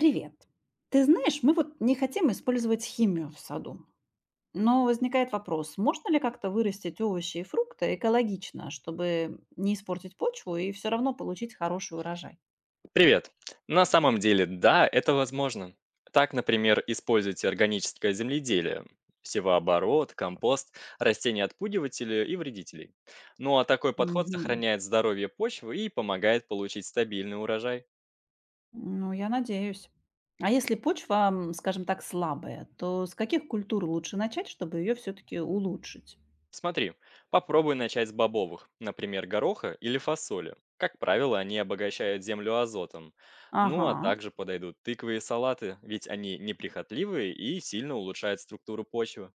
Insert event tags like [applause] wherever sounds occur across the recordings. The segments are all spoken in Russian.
Привет. Ты знаешь, мы вот не хотим использовать химию в саду. Но возникает вопрос, можно ли как-то вырастить овощи и фрукты экологично, чтобы не испортить почву и все равно получить хороший урожай? Привет! На самом деле, да, это возможно. Так, например, используйте органическое земледелие, севооборот, компост, растения отпугиватели и вредителей. Ну а такой подход Мгм. сохраняет здоровье почвы и помогает получить стабильный урожай. Ну, я надеюсь. А если почва, скажем так, слабая, то с каких культур лучше начать, чтобы ее все-таки улучшить? Смотри, попробуй начать с бобовых, например, гороха или фасоли. Как правило, они обогащают землю азотом. Ну а Ага, также подойдут тыквы и салаты, ведь они неприхотливые и сильно улучшают структуру почвы.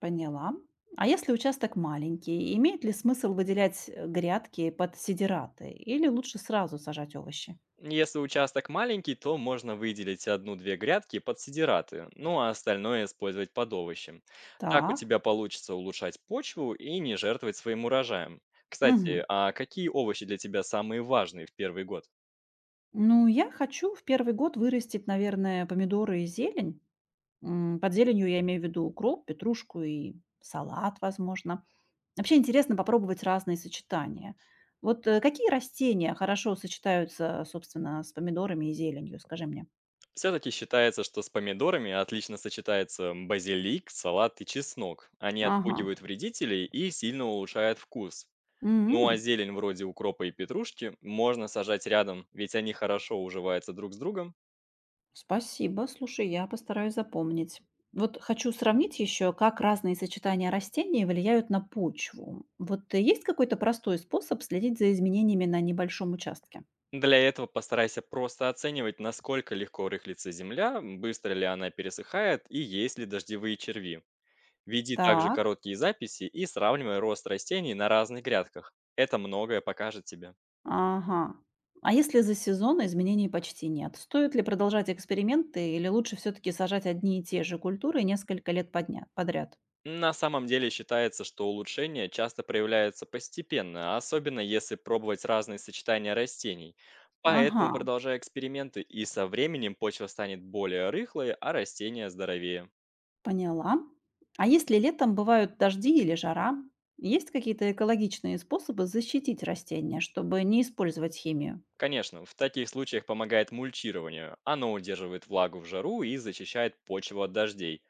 поняла. А если участок маленький, имеет ли смысл выделять грядки под сидираты или лучше сразу сажать овощи? Если участок маленький, то можно выделить одну-две грядки под сидираты, ну а остальное использовать под овощи. Так у Так. тебя получится улучшать почву и не жертвовать своим урожаем. Мгм. Кстати, а какие овощи для тебя самые важные в первый год? Ну, я хочу в первый год вырастить, наверное, помидоры и зелень. Под зеленью я имею в виду укроп, петрушку и салат, возможно. Вообще интересно попробовать разные сочетания. Вот, какие растения хорошо сочетаются, собственно, с помидорами и зеленью, скажи мне? Все-таки считается, что с помидорами отлично сочетается базилик, салат и чеснок. Они Ага. отпугивают вредителей и сильно улучшают вкус. Ну а М. зелень вроде укропа и петрушки можно сажать рядом, ведь они хорошо уживаются друг с другом. Спасибо. Слушай, я постараюсь запомнить. Вот хочу сравнить еще, как разные сочетания растений влияют на почву. Вот есть какой-то простой способ следить за изменениями на небольшом участке? Для этого постарайся просто оценивать, насколько легко рыхлится земля, быстро ли она пересыхает и есть ли дождевые черви. Веди также Так, короткие записи и сравнивай рост растений на разных грядках. Это многое покажет тебе. ага. А если за сезон изменений почти нет? Стоит ли продолжать эксперименты или лучше все-таки сажать одни и те же культуры несколько лет подряд? На самом деле считается, что улучшения часто проявляются постепенно, особенно если пробовать разные сочетания растений. Ага. Поэтому продолжай эксперименты, и со временем почва станет более рыхлой, а растения здоровее. Поняла. А если летом бывают дожди или жара, есть какие-то экологичные способы защитить растения, чтобы не использовать химию? Конечно, в таких случаях помогает мульчирование. Оно удерживает влагу в жару и защищает почву от дождей.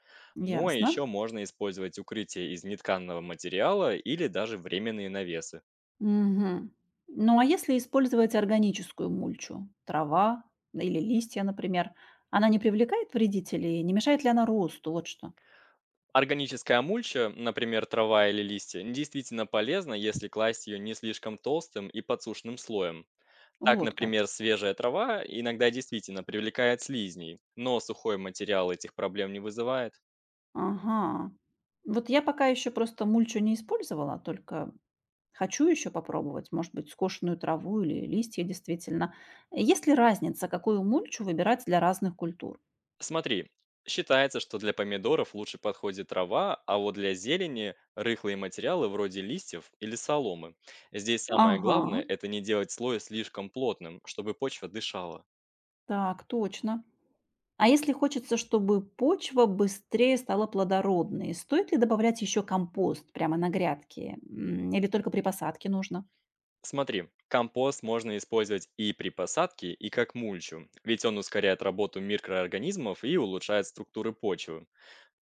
Ну а Ясно. еще можно использовать укрытие из нетканного материала или даже временные навесы. Мгм. Ну а если использовать органическую мульчу, трава или листья, например, она не привлекает вредителей, не мешает ли она росту? Вот что. Органическая мульча, например, трава или листья, действительно полезна, если класть ее не слишком толстым и подсушенным слоем. Так, Вот как. например, свежая трава иногда действительно привлекает слизней, но сухой материал этих проблем не вызывает. Ага. Вот я пока еще просто мульчу не использовала, только хочу еще попробовать, может быть, скошенную траву или листья действительно. Есть ли разница, какую мульчу выбирать для разных культур? Смотри, считается, что для помидоров лучше подходит трава, а вот для зелени рыхлые материалы вроде листьев или соломы. Здесь самое Ага, главное– это не делать слой слишком плотным, чтобы почва дышала. так, точно. А если хочется, чтобы почва быстрее стала плодородной, стоит ли добавлять еще компост прямо на грядке? Или только при посадке нужно? Смотри, компост можно использовать и при посадке, и как мульчу, ведь он ускоряет работу микроорганизмов и улучшает структуры почвы.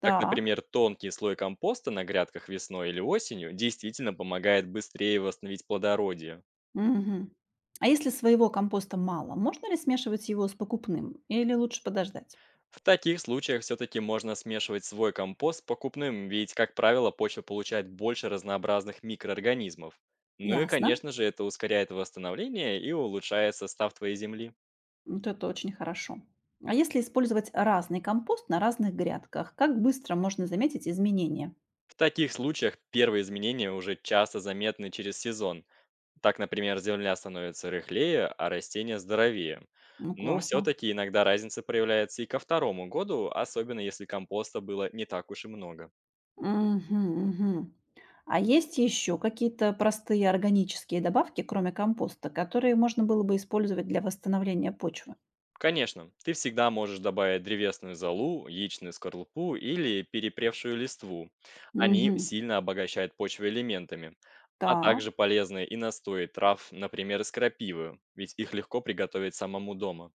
Так, например, тонкий слой компоста на грядках весной или осенью действительно помогает быстрее восстановить плодородие. Мгм. А если своего компоста мало, можно ли смешивать его с покупным? Или лучше подождать? В таких случаях все-таки можно смешивать свой компост с покупным, ведь, как правило, почва получает больше разнообразных микроорганизмов. Ну и, Ясно. конечно же, это ускоряет восстановление и улучшает состав твоей земли. Вот это очень хорошо. А если использовать разный компост на разных грядках, как быстро можно заметить изменения? В таких случаях первые изменения уже часто заметны через сезон. Так, например, земля становится рыхлее, а растения здоровее. Ну, Ну, классно. все-таки иногда разница проявляется и ко второму году, особенно если компоста было не так уж и много. Мгм, мгм. А есть еще какие-то простые органические добавки, кроме компоста, которые можно было бы использовать для восстановления почвы? Конечно, ты всегда можешь добавить древесную золу, яичную скорлупу или перепревшую листву. Они Угу, сильно обогащают почву элементами, а так, также полезны и настои трав, например, из крапивы, ведь их легко приготовить самому дома.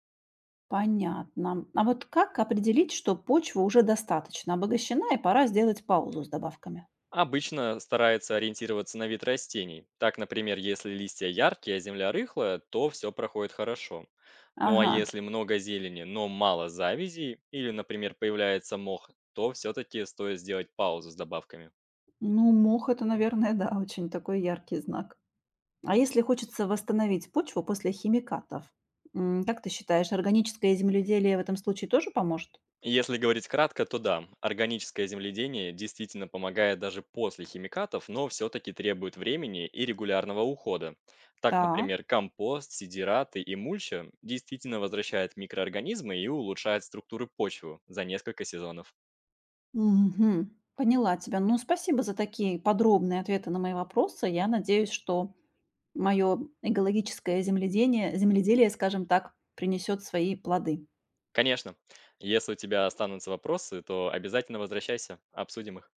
понятно. А вот как определить, что почва уже достаточно обогащена и пора сделать паузу с добавками? Обычно стараются ориентироваться на вид растений. Так, например, если листья яркие, а земля рыхлая, то все проходит хорошо. Ну а Ага. если много зелени, но мало завязей, или, например, появляется мох, то все-таки стоит сделать паузу с добавками. Ну, мох это, наверное, [laughs] да, очень такой яркий знак. А если хочется восстановить почву после химикатов, как ты считаешь, органическое земледелие в этом случае тоже поможет? Если говорить кратко, то да, органическое земледение действительно помогает даже после химикатов, но все-таки требует времени и регулярного ухода. Так, Так. например, компост, сидираты и мульча действительно возвращают микроорганизмы и улучшают структуры почвы за несколько сезонов. Мгм. Поняла тебя. Ну, спасибо за такие подробные ответы на мои вопросы. Я надеюсь, что мое экологическое земледелие, скажем так, принесет свои плоды. Конечно, если у тебя останутся вопросы, то обязательно возвращайся, обсудим их.